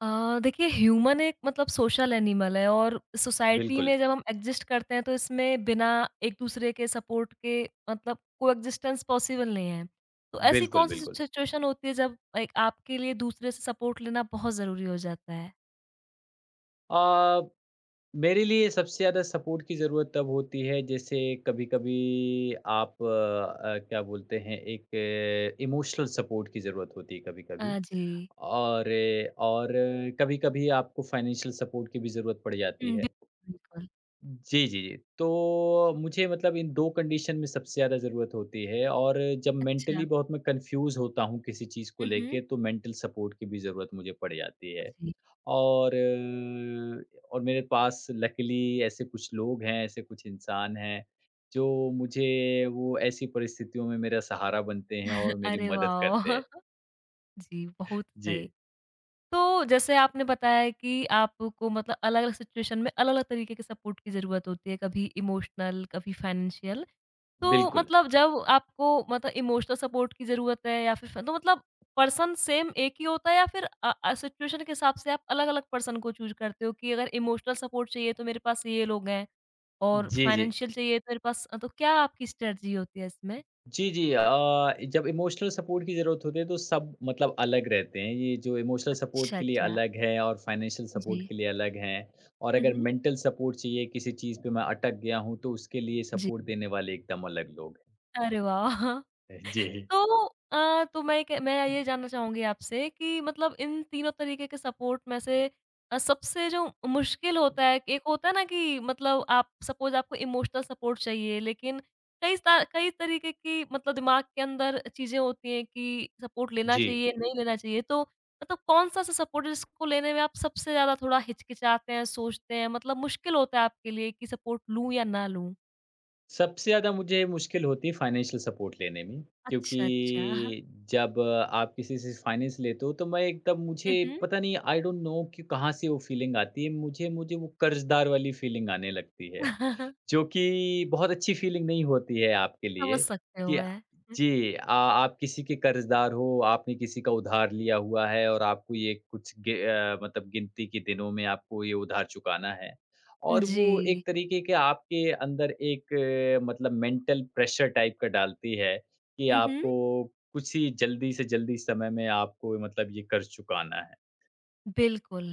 देखिए ह्यूमन एक मतलब सोशल एनिमल है और सोसाइटी बिल्कुल, में जब हम एग्जिस्ट करते हैं तो इसमें बिना एक दूसरे के सपोर्ट के मतलब कोएग्जिस्टेंस पॉसिबल नहीं है। तो ऐसी बिल्कुल, कौन-सी बिल्कुल। सिचुएशन होती है जब एक आपके लिए दूसरे से सपोर्ट लेना बहुत ज़रूरी हो जाता है? अ, मेरे लिए सबसे ज़्यादा सपोर्ट की ज़रूरत तब होती है जैसे कभी-कभी आप क्या बोलते हैं एक इमोशनल सपोर्ट की ज़रूरत होती है कभी-कभी। जी। और और कभी-कभी आपको फाइनेंशियल सपोर्ट की भी ज़रूरत पड़ हुँ, जाती है। बिल्कुल। जी, जी, जी। तो मुझे मतलब इन 2 कंडीशन में सबसे ज़्यादा ज़रूरत होती है और जब अच्छा। मेंटली बहुत मैं कन्फ्यूज़ होता हूँ किसी चीज़ को हुँ, हुँ। लेके तो मेंटल सपोर्ट की भी ज़रूरत मुझे पड़ जाती है। जी। और और मेरे पास लकीली ऐसे कुछ लोग हैं, ऐसे कुछ इंसान हैं, जो मुझे वो ऐसी परिस्थितियों में मेरा सहारा बनते हैं और मेरी अरे मदद वाह! करते हैं। जी, बहुत सही। जी, तो जैसे आपने बताया कि आपको मतलब अलग-अलग सिचुएशन में अलग-अलग तरीके के सपोर्ट की ज़रूरत होती है, कभी इमोशनल, कभी फाइनेंशियल। तो बिल्कुल। मतलब जब आपको मतलब इमोशनल सपोर्ट की ज़रूरत है या फिर फ तो मतलब पर्सन सेम एक ही होता है या फिर सिचुएशन के हिसाब से आप अलग-अलग पर्सन को चूज़ करते हो कि अगर इमोशनल सपोर्ट चाहिए तो मेरे पास ये लोग हैं और जी, जी। फाइनेंशियल चाहिए तो मेरे पास तो क्या आपकी स्ट्रैटेजी होती है इसमें? जी, जी। जब इमोशनल सपोर्ट की ज़रूरत होती है तो सब मतलब अलग रहते हैं। ये जो इमोशनल सपोर्ट अच्छा, के लिए अच्छा। अलग है और फाइनेंशियल जी। सपोर्ट के लिए अलग हैं। और हुँ, अगर हुँ। मेंटल सपोर्ट चाहिए किसी चीज़ पे मैं अटक गया हूँ तो उसके लिए सपोर्ट देने वाले एकदम अलग लोग अरे वाह! हैं। जी। तो तो मैं ये जानना चाहूँगी आपसे कि मतलब इन तीनों तरीके के सपोर्ट में से सबसे जो मुश्किल होता है, एक होता है ना कि मतलब आप सपोज़ आपको इमोशनल सपोर्ट चाहिए, लेकिन कई तरीके की मतलब दिमाग के अंदर चीज़ें होती हैं कि सपोर्ट लेना जी। चाहिए, नहीं लेना चाहिए। तो मतलब कौन-सा सा सा सपोर्ट है जिसको लेने में आप सबसे ज़्यादा थोड़ा हिचकिचाते हैं, सोचते हैं, मतलब मुश्किल होता है आपके लिए कि सपोर्ट लूँ या ना लूँ? सबसे ज़्यादा मुझे मुश्किल होती है फाइनेंशियल सपोर्ट लेने में क्योंकि अच्छा, अच्छा। जब आप किसी से फाइनेंस लेते हो तो मैं एकदम मुझे हुँ, हुँ। पता नहीं आई डोंट नो कि कहाँ से वो फीलिंग आती है। मुझे मुझे वो कर्ज़दार वाली फीलिंग आने लगती है। जो कि बहुत अच्छी फीलिंग नहीं होती है आपके समझ लिए सकती हूँ कि मैं। जी आ, आप किसी के कर्जदार हो आपने किसी का उधार लिया हुआ है और आपको ये कुछ मतलब गिनती के दिनों में आपको ये उधार चुकाना है और वो जी। एक तरीके के आपके अंदर एक मतलब मेंटल प्रेशर टाइप का डालती है कि हुँ, हुँ। आपको कुछ ही जल्दी से जल्दी समय में आपको मतलब ये कर्ज चुकाना है। बिल्कुल।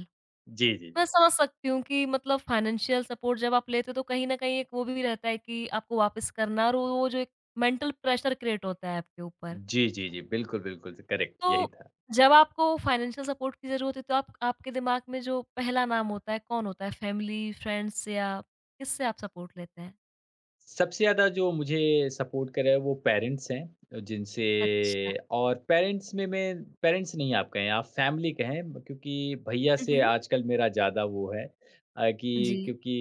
जी जी मैं जी समझ सकती हूँ कि मतलब फाइनेंशियल सपोर्ट जब आप लेते हो तो कहीं न कहीं एक वो भी रहता है कि आपको वापस करना और वो जो एक मेंटल प्रेशर क्रिएट होता है आपके ऊपर। जी जी जी बिल्कुल बिल्कुल करेक्ट तो यही था। जब आपको फाइनेंशियल सपोर्ट की ज़रूरत है तो आप आपके दिमाग में जो पहला नाम होता है कौन होता है? फैमिली, फ्रेंड्स या किससे आप सपोर्ट लेते हैं? सबसे ज़्यादा जो मुझे सपोर्ट करा है वो पेरेंट्स हैं जिनसे। अच्छा। और पेरेंट्स में मैं पेरेंट्स नहीं आप कहें आप फैमिली कहें क्योंकि भैया हुँ, से हुँ। आजकल मेरा ज़्यादा वो है जी। कि क्योंकि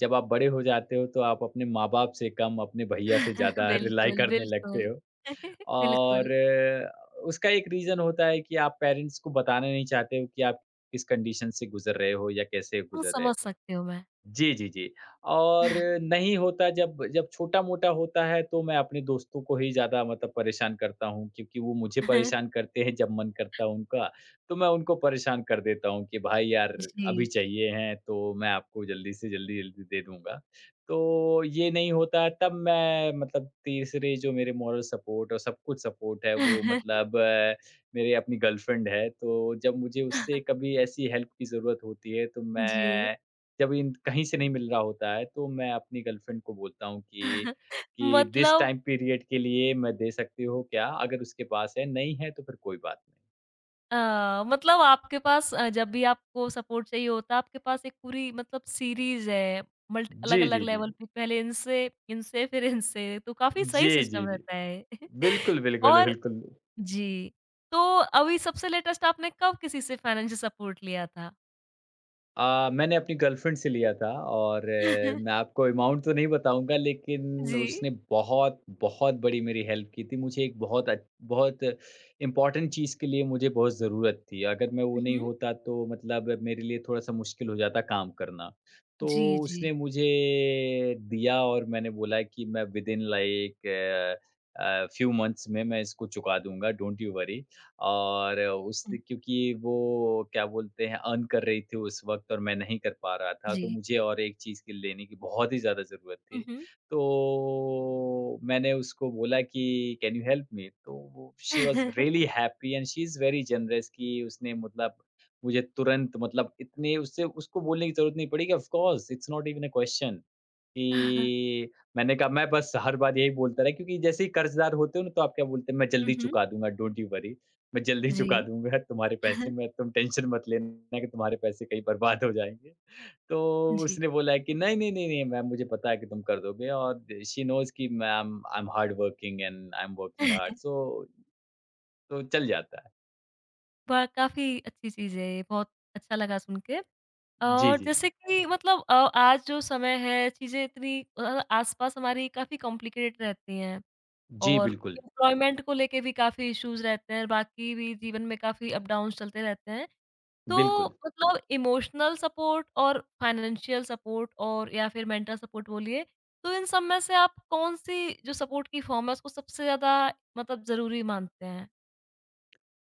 जब आप बड़े हो जाते हो तो आप अपने माँ बाप से कम अपने भैया से ज़्यादा रिलाई बिल्कुल, करने लगते बिल्कुल। हो। बिल्कुल, और उसका एक रीज़न होता है कि आप पेरेंट्स को बताना नहीं चाहते हो कि आप किस कंडीशन से गुजर रहे हो या कैसे वो गुजर रहे समझ हो। सकती हूँ मैं। जी, जी, जी। और नहीं होता जब जब छोटा-मोटा होता है तो मैं अपने दोस्तों को ही ज़्यादा मतलब परेशान करता हूँ क्योंकि वो मुझे परेशान करते हैं जब मन करता है उनका, तो मैं उनको परेशान कर देता हूँ कि भाई यार जी। अभी चाहिए हैं तो मैं आपको जल्दी दे दूँगा। तो ये नहीं होता है, तब मैं मतलब तीसरे जो मेरे मॉरल सपोर्ट और सब कुछ सपोर्ट है वो मतलब मेरे अपनी गर्लफ्रेंड है, तो जब मुझे उससे कभी ऐसी हेल्प की ज़रूरत होती है तो जी। मैं जब इन कहीं से नहीं मिल रहा होता है, तो मैं अपनी गर्लफ्रेंड को बोलता हूँ कि कि दिस मतलब टाइम पीरियड के लिए मैं दे सकती हो क्या? अगर उसके पास है, नहीं है तो फिर कोई बात नहीं। मतलब आपके पास जब भी आपको सपोर्ट चाहिए होता है, आपके पास एक पूरी मतलब सीरीज़ है, मल्ट जी, अलग-अलग जी, जी, लेवल जी। पे पहले इनसे, फिर इनसे, तो काफ़ी सही जी, सिस्टम जी, जी। रहता है। बिल्कुल, बिल्कुल, और बिल्कुल। जी, तो अभी सबसे लेटेस्ट आपने कब किसी से फाइनेंशियल सपोर्ट लिया था? मैंने अपनी गर्लफ्रेंड से लिया था और मैं आपको अमाउंट तो नहीं बताऊँगा लेकिन जी। उसने बहुत बड़ी मेरी हेल्प की थी। मुझे एक बहुत इम्पोर्टेंट चीज़ के लिए मुझे बहुत ज़रूरत थी। अगर मैं वो नहीं हुँ, होता तो मतलब मेरे लिए थोड़ा-सा मुश्किल हो जाता काम करना। तो जी, जी। उसने मुझे दिया और मैंने बोला कि मैं विदिन लाइक फ्यू मंथ्स में मैं इसको चुका दूँगा, डोंट यू वरी। और उस हुँ, क्योंकि वो क्या बोलते हैं अर्न कर रही थी उस वक़्त और मैं नहीं कर पा रहा था, जी। तो मुझे और एक चीज़ की लेने की बहुत ही ज़्यादा ज़रूरत हुँ, थी। हुँ। तो मैंने उसको बोला कि कैन यू हेल्प मी? तो वो she was hmm, really happy and she is very generous कि उसने मतलब मुझे तुरंत मतलब इतने उससे उसको बोलने की ज़रूरत नहीं पड़ी कि of course it's not even a question कि मैंने कहा मैं बस हर बार यही बोलता रहा क्योंकि जैसे ही कर्ज़दार होते हो ना, तो आप क्या बोलते हैं, "मैं जल्दी हुँ। चुका दूँगा, डोंट यू वरी।" मैं जल्दी जी। चुका दूँगा तुम्हारे पैसे में, तुम टेंशन मत लेना कि तुम्हारे पैसे कहीं बर्बाद हो जाएँगे। तो जी। उसने बोला कि नहीं, नहीं, नहीं, नहीं मैम मुझे पता है कि तुम कर दोगे और शी नोज़ कि ma'am I am hard working and I am working hard so तो चल जाता है। ब काफ़ी अच्छी चीज़ है ये, बहुत अच्छा लगा सुन के। जी, और जी। जैसे कि मतलब आज जो समय है, चीज़ें इतनी आस-पास हमारी काफ़ी कॉम्प्लिकेटेड रहती हैं जी, और बिल्कुल, एम्प्लॉयमेंट को लेके भी काफ़ी इश्यूज़ रहते हैं, बाकी भी जीवन में काफ़ी अप-डाउन्स चलते रहते हैं। तो बिल्कुल। मतलब इमोशनल सपोर्ट और फाइनेंशियल सपोर्ट और या फिर मेंटल सपोर्ट बोलिए, तो इन सब में से आप कौन-सी जो सपोर्ट की फ़ॉर्म है, उसको सबसे ज़्यादा मतलब ज़रूरी मानते हैं?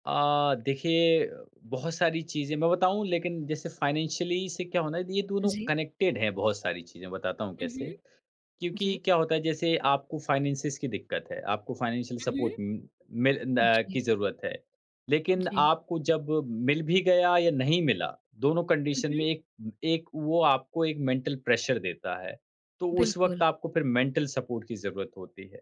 देखिए बहुत सारी चीज़ें मैं बताऊँ लेकिन जैसे फाइनेंशियली से क्या होना है ये दोनों जी। कनेक्टेड हैं बहुत सारी चीज़ें, बताता हूँ हुँ, कैसे। हुँ। क्योंकि जी। क्या होता है जैसे आपको फाइनेंसिस की दिक्कत है, आपको फ़ाइनेंशियल हुँ, हुँ। सपोर्ट मिल न जी, की ज़रूरत है। लेकिन जी। आपको जब मिल भी गया या नहीं मिला, दोनों हुँ, कंडीशन में हुँ। एक एक वो आपको एक मेंटल प्रेशर देता है। तो उस बिल्कुल, वक़्त आपको फिर मेंटल सपोर्ट की ज़रूरत होती है।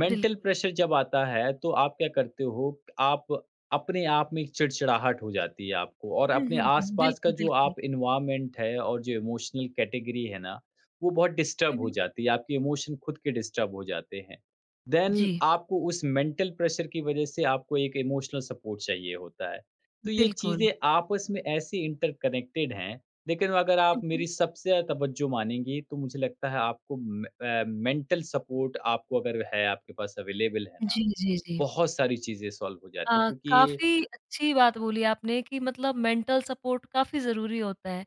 मेंटल बिल्कुल। प्रेशर जब आता है तो आप क्या करते हो, आप अपने आप में एक चिड़चिड़ाहट हो जाती है आपको और हुँ, अपने हुँ, हुँ। आस-पास का बिल्कुल, जो बिल्कुल। आप एनवायरनमेंट है और जो इमोशनल कैटेगरी है ना, वो बहुत हुँ, डिस्टर्ब हो हुँ। जाती है, आपके इमोशन खुद के डिस्टर्ब हो जाते हैं। देन जी, आपको उस मेंटल प्रेशर की वजह से आपको एक इमोशनल सपोर्ट चाहिए होता है। तो ये बिल्कुल। चीज़ें आपस में ऐसी इंटरकनेक्टेड हैं, लेकिन अगर आप हुँ, हुँ। मेरी सबसे ज़्यादा तवज्जो मानेंगी तो मुझे लगता है आपको मेंटल सपोर्ट आपको अगर है, आपके पास अवेलेबल है ना, जी, जी, जी। बहुत सारी चीज़ें सॉल्व हो जाती हैं क्योंकि काफ़ी अच्छी बात बोली आपने कि मतलब मेंटल सपोर्ट काफ़ी ज़रूरी होता है।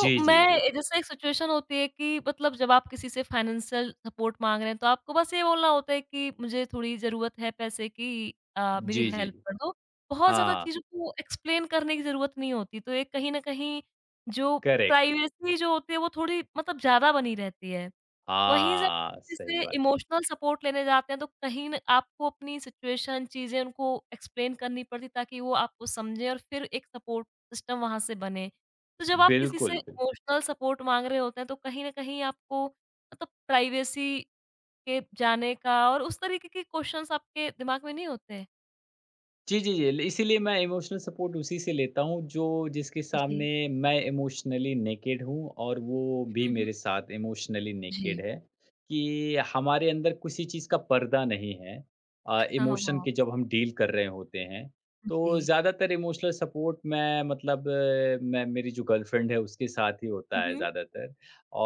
जी, जी, मैं जी, जी। जैसे एक सिचुएशन होती है कि मतलब जब आप किसी से फाइनेंशियल सपोर्ट माँग रहे हैं, तो आपको बस ये बोलना होता है कि मुझे थोड़ी ज़रूरत है पैसे की, मेरी जी, जी, हेल्प जी। कर दो। बहुत ज़्यादा हाँ, चीज़ों को एक्सप्लेन करने की ज़रूरत नहीं होती, तो एक कहीं न कहीं जो करेक्ट। प्राइवेसी जो होती है, वो थोड़ी मतलब ज़्यादा बनी रहती है। वहीं जब हाँ, सही जैसे बात। इमोशनल सपोर्ट लेने जाते हैं तो कहीं न आपको अपनी सिचुएशन चीज़ें उनको एक्सप्लेन करनी पड़ती ताकि वो आपको समझें और फिर एक सपोर्ट सिस्टम वहाँ से बने। तो जब आप किसी से बिल्कुल, बिल्कुल। इमोशनल सपोर्ट माँग रहे होते हैं तो कहीं न कहीं आपको मतलब प्राइवेसी के जाने का और उस तरीके के क्वेश्चन्स आपके दिमाग में नहीं होते? जी, जी, जी। ल इसीलिए मैं इमोशनल सपोर्ट उसी से लेता हूँ जो जिसके सामने जी। मैं इमोशनली नेकेड हूँ और वो भी हुँ, हुँ। मेरे साथ इमोशनली जी। नेकेड है, कि हमारे अंदर किसी चीज़ का पर्दा नहीं है हाँ, इमोशन वो। के जब हम डील कर रहे होते हैं। जी। तो ज़्यादातर इमोशनल सपोर्ट मैं मतलब अ, मैं मेरी जो गर्लफ्रेंड है उसके साथ ही हुँ, होता है हुँ। ज़्यादातर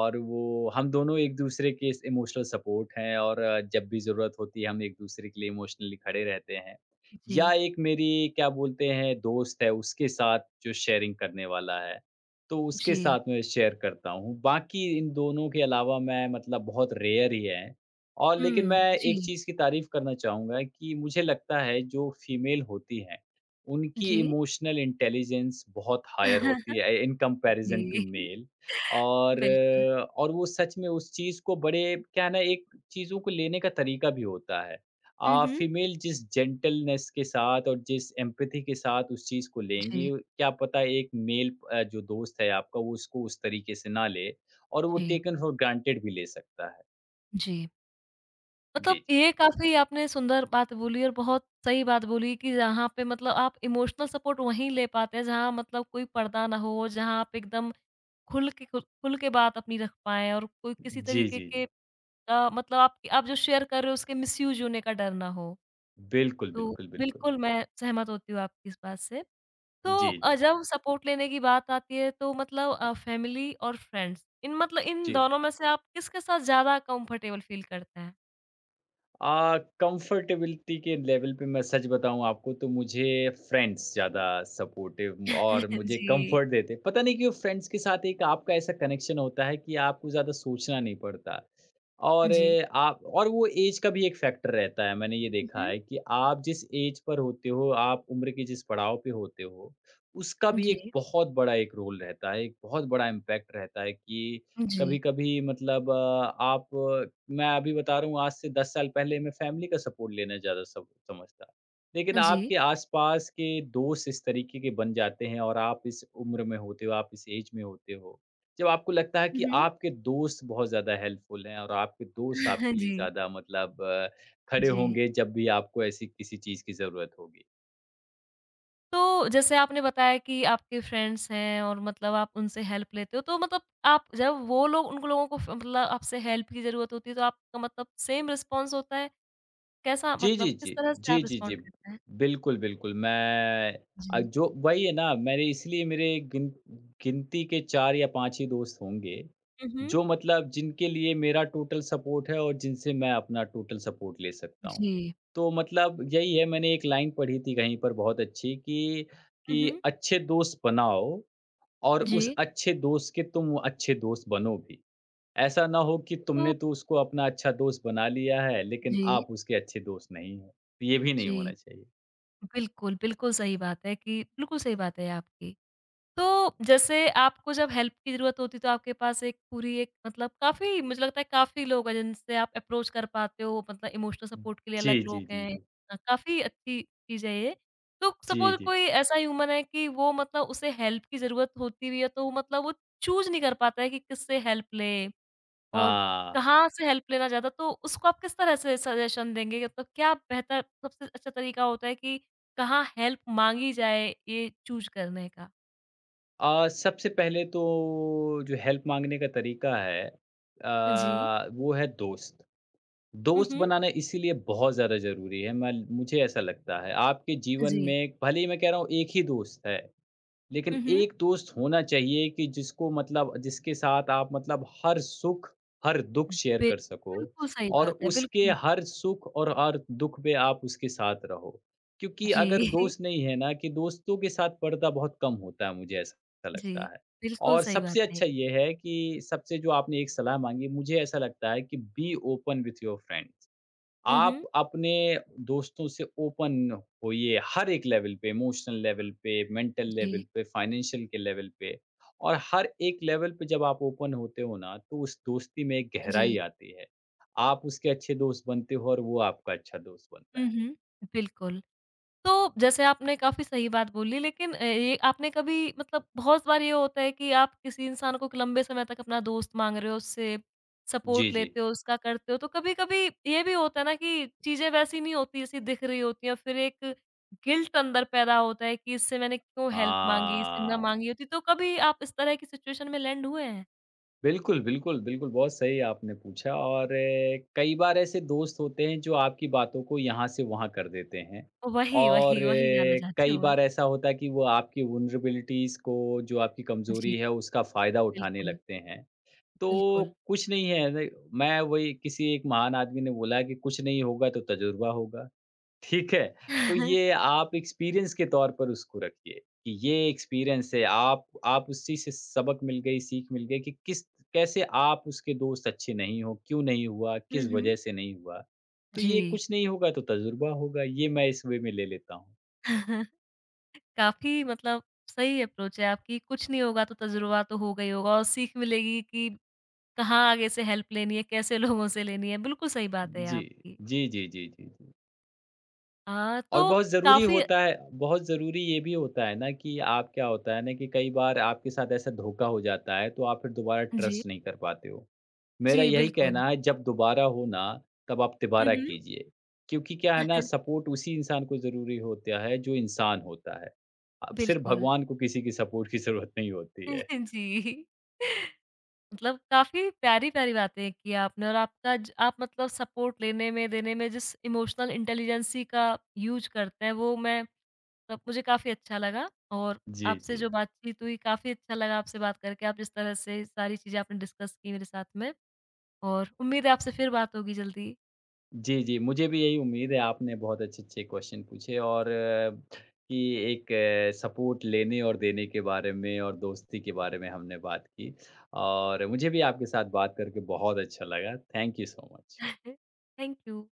और वो हम दोनों एक-दूसरे के इस इमोशनल सपोर्ट हैं और जब भी ज़रूरत होती है हम एक-दूसरे के लिए इमोशनली खड़े रहते हैं। या जी, एक मेरी क्या बोलते हैं दोस्त है उसके साथ जो शेयरिंग करने वाला है, तो उसके जी। साथ मैं शेयर करता हूँ। बाकी इन दोनों के अलावा मैं मतलब बहुत रेयर ही है। और लेकिन हुँ, मैं एक जी, चीज़ की तारीफ़ करना चाहूँगा कि मुझे लगता है जो फीमेल होती हैं, उनकी जी। इमोशनल इंटेलिजेंस बहुत हायर होती है इन कंपैरिज़न टू जी। मेल। और बिल्कुल। और वो सच में उस चीज़ को बड़े क्या है ना एक चीज़ों को लेने का तरीका भी होता है। हुँ, हुँ। फीमेल जिस जेंटलनेस के साथ और जिस एम्पैथी के साथ उस चीज़ को लेंगी, जी, क्या पता एक मेल जो दोस्त है आपका वो उसको उस तरीके से ना ले और वो जी, टेकन फॉर ग्रांटेड भी ले सकता है। जी। मतलब जी, जी। ये काफ़ी आपने सुंदर बात बोली और बहुत सही बात बोली कि जहाँ पे मतलब आप इमोशनल सपोर्ट वहीं ले पाते हैं जहाँ मतलब कोई पर्दा ना हो, जहाँ आप एकदम खुल के बात अपनी रख पाएँ और कोई किसी जी, तरीके जी, के जी। मतलब आप जो शेयर कर रहे हो उसके मिसयूज़ होने का डर ना हो। बिल्कुल, तो बिल्कुल, बिल्कुल। बिल्कुल मैं सहमत होती हूँ आपकी इस बात से। तो जी, जी, जब सपोर्ट लेने की बात आती है तो मतलब फैमिली और फ्रेंड्स इन मतलब इन जी। दोनों में से आप किसके साथ ज़्यादा कंफर्टेबल फील करते हैं? कंफर्टेबिलिटी के लेवल पे मैं सच बताऊँ आपको तो मुझे फ्रेंड्स ज़्यादा सपोर्टिव और मुझे जी, कंफर्ट देते। पता नहीं क्यों फ्रेंड्स के साथ एक आपका ऐसा कनेक्शन होता है कि आपको ज़्यादा सोचना नहीं पड़ता। और जी। आप और वो एज का भी एक फैक्टर रहता है, मैंने ये देखा हुँ। है कि आप जिस एज पर होते हो, आप उम्र के जिस पड़ाव पे होते हो, उसका भी एक जी, बहुत बड़ा एक रोल रहता है, एक बहुत बड़ा इम्पैक्ट रहता है कि जी, कभी-कभी मतलब अ, आप मैं अभी बता रहा हूँ आज से 10 साल पहले मैं फैमिली का सपोर्ट लेना ज़्यादा सम समझता। लेकिन जी। आपके आस-पास के दोस्त इस तरीके के बन जाते हैं और आप इस उम्र में होते हो, आप इस एज में होते हो, जब आपको लगता है हुँ, कि हुँ। आपके दोस्त बहुत ज़्यादा हेल्पफुल हैं और आपके दोस्त आपके लिए जी, ज़्यादा मतलब खड़े जी। होंगे जब भी आपको ऐसी किसी चीज़ की ज़रूरत होगी। तो जैसे आपने बताया कि आपके फ्रेंड्स हैं और मतलब आप उनसे हेल्प लेते हो, तो मतलब आप जब वो लोग उन लोगों को फ मतलब आपसे हेल्प की ज़रूरत होती है, तो आपका मतलब सेम रिस्पॉन्स होता है? कैसा जी, मतलब जी, किस जी। तरह से जी, आप जी, जी। रिस्पॉन्ड करते हैं? बिल्कुल, बिल्कुल। मैं जी। जो वही है ना मेरे इसलिए मेरे गिन गिनती के 4 या 5 ही दोस्त होंगे, हुँ, हुँ। जो मतलब जिनके लिए मेरा टोटल सपोर्ट है और जिनसे मैं अपना टोटल सपोर्ट ले सकता हूँ। जी। तो मतलब यही है मैंने एक लाइन पढ़ी थी कहीं पर बहुत अच्छी कि हुँ, हुँ। अच्छे दोस्त बनाओ और उस जी, अच्छे दोस्त के तुम अच्छे दोस्त बनो भी। ऐसा ना हो कि तो तुमने तो उसको अपना अच्छा दोस्त बना लिया है, लेकिन जी, आप उसके अच्छे दोस्त नहीं हो। ये भी नहीं होना जी। चाहिए। बिल्कुल, बिल्कुल सही बात है कि बिल्कुल सही बात है आपकी। तो जैसे आपको जब हेल्प की ज़रूरत होती है तो आपके पास एक पूरी एक मतलब काफ़ी मुझे लगता है काफ़ी लोग हैं जिनसे आप अप्रोच कर पाते हो मतलब इमोशनल सपोर्ट के लिए जी, अलग लोग जी, जी, हैं। जी। काफ़ी अच्छी चीज़ है ये। तो जी, सपोज़ जी। कोई ऐसा ह्यूमन है कि वो मतलब उसे हेल्प की ज़रूरत होती भी है तो वो मतलब वो चूज़ नहीं कर पाता है कि किससे हेल्प ले और हाँ। कहाँ से हेल्प लेना ज़्यादा तो उसको आप किस तरह से सजेशन देंगे? मतलब क्या बेहतर सबसे अच्छा तरीका होता है कि कहाँ हेल्प माँगी जाए ये चूज़ करने का? सबसे पहले तो जो हेल्प माँगने का तरीका है जी। वो है दोस्त। हुँ, दोस्त हुँ। बनाना इसीलिए बहुत ज़्यादा ज़रूरी है, मैं मुझे ऐसा लगता है। आपके जीवन जी। में भले ही मैं कह रहा हूँ एक ही दोस्त है। हुँ, लेकिन हुँ। एक दोस्त होना चाहिए कि जिसको मतलब जिसके साथ आप मतलब हर सुख, हर दुख शेयर बिल कर सको बिल्कुल सही और बात है, उसके बिल्कुल। हर सुख और हर दुख पे आप उसके साथ रहो। क्योंकि जी, अगर दोस्त नहीं है ना कि दोस्तों के साथ पर्दा बहुत कम होता है, मुझे ऐसा जी, लगता है। बिल्कुल और सही बात सबसे है। अच्छा ये है कि सबसे जो आपने एक सलाह माँगी, मुझे ऐसा लगता है कि be open with your friends. हुँ, आप हुँ। अपने दोस्तों से ओपन होइए हर एक लेवल पे, इमोशनल लेवल पे, मेंटल लेवल जी, पे, फाइनेंशियल के लेवल पे और हर एक लेवल पे जब आप ओपन होते हो ना, तो उस दोस्ती में एक जी। गहराई आती है। आप उसके अच्छे दोस्त बनते हो और वो आपका अच्छा दोस्त हुँ, बनता है। हुँ। बिल्कुल। तो जैसे आपने काफ़ी सही बात बोली लेकिन ये आपने कभी मतलब बहुत बार ये होता है कि आप किसी इंसान को एक लंबे समय तक अपना दोस्त मांग रहे हो, उससे जी, सपोर्ट जी। लेते हो, उसका करते हो, तो कभी-कभी ये भी होता है ना कि चीज़ें वैसी नहीं होती जैसी दिख रही होती हैं, फिर एक गिल्ट अंदर पैदा होता है कि इससे मैंने क्यों हेल्प माँगी, इससे ना माँगी हाँ। होती, तो कभी आप इस तरह की सिचुएशन में लैंड हुए हैं? बिल्कुल, बिल्कुल, बिल्कुल, बहुत सही आपने पूछा और कई बार ऐसे दोस्त होते हैं जो आपकी बातों को यहाँ से वहाँ कर देते हैं वही, और वही, वही जानना चाहती कई हूँ मैं। बार ऐसा होता है कि वो आपकी वल्नरेबिलिटीज़ को, जो आपकी जी, कमज़ोरी है, उसका फ़ायदा उठाने बिल्कुल, लगते हैं। तो बिल्कुल। कुछ नहीं है, मैं वही किसी एक महान आदमी ने बोला कि कुछ नहीं होगा तो तजुर्बा होगा। ठीक है? तो ये आप एक्सपीरियंस के तौर पर उसको रखिए कि ये एक्सपीरियंस है। आप उसी से सबक मिल गई, सीख मिल गई कि किस कैसे आप उसके दोस्त अच्छे नहीं हो, क्यों नहीं हुआ, हुँ, किस हुँ। वजह से नहीं हुआ। तो ये जी। कुछ नहीं होगा तो तजुर्बा होगा, ये मैं इस वे में ले लेता हूँ। काफ़ी मतलब सही अप्रोच है आपकी, कुछ नहीं होगा तो तजुर्बा तो होगा ही होगा और सीख मिलेगी कि कहाँ आगे से हेल्प लेनी है, कैसे लोगों से लेनी है, बिल्कुल सही बात है जी। आपकी। जी, जी, जी, जी, जी। और तो बहुत ज़रूरी काफ़ी, होता है बहुत ज़रूरी ये भी होता है ना कि आप क्या होता है ना कि कई बार आपके साथ ऐसा धोखा हो जाता है, तो आप फिर दोबारा जी, ट्रस्ट नहीं कर पाते हो। मेरा जी, यही बिल्कुल। कहना है जब दोबारा हो ना तब आप हुँ, तिबारा हुँ। कीजिए। क्योंकि क्या है ना सपोर्ट उसी इंसान को ज़रूरी होता है जो इंसान होता है। अब सिर्फ़ बिल्कुल। भगवान को किसी की सपोर्ट की ज़रूरत नहीं होती है। जी। मतलब काफ़ी प्यारी-प्यारी बातें की आपने और आपका ज आप मतलब सपोर्ट लेने में, देने में जिस इमोशनल इंटेलिजेंसी का यूज़ करते हैं वो मैं मतलब मुझे काफ़ी अच्छा लगा और जी, आपसे जी। जो बातचीत हुई काफ़ी अच्छा लगा आपसे बात करके। आप जिस तरह से सारी चीज़ें आपने डिस्कस की मेरे साथ में और उम्मीद है आपसे फिर बात होगी जल्दी। जी, जी, मुझे भी यही उम्मीद है आपने बहुत अच्छे-अच्छे क्वेश्चन पूछे और कि एक सपोर्ट लेने और देने के बारे में और दोस्ती के बारे में हमने बात की। और मुझे भी आपके साथ बात करके बहुत अच्छा लगा। Thank you so much. Thank you.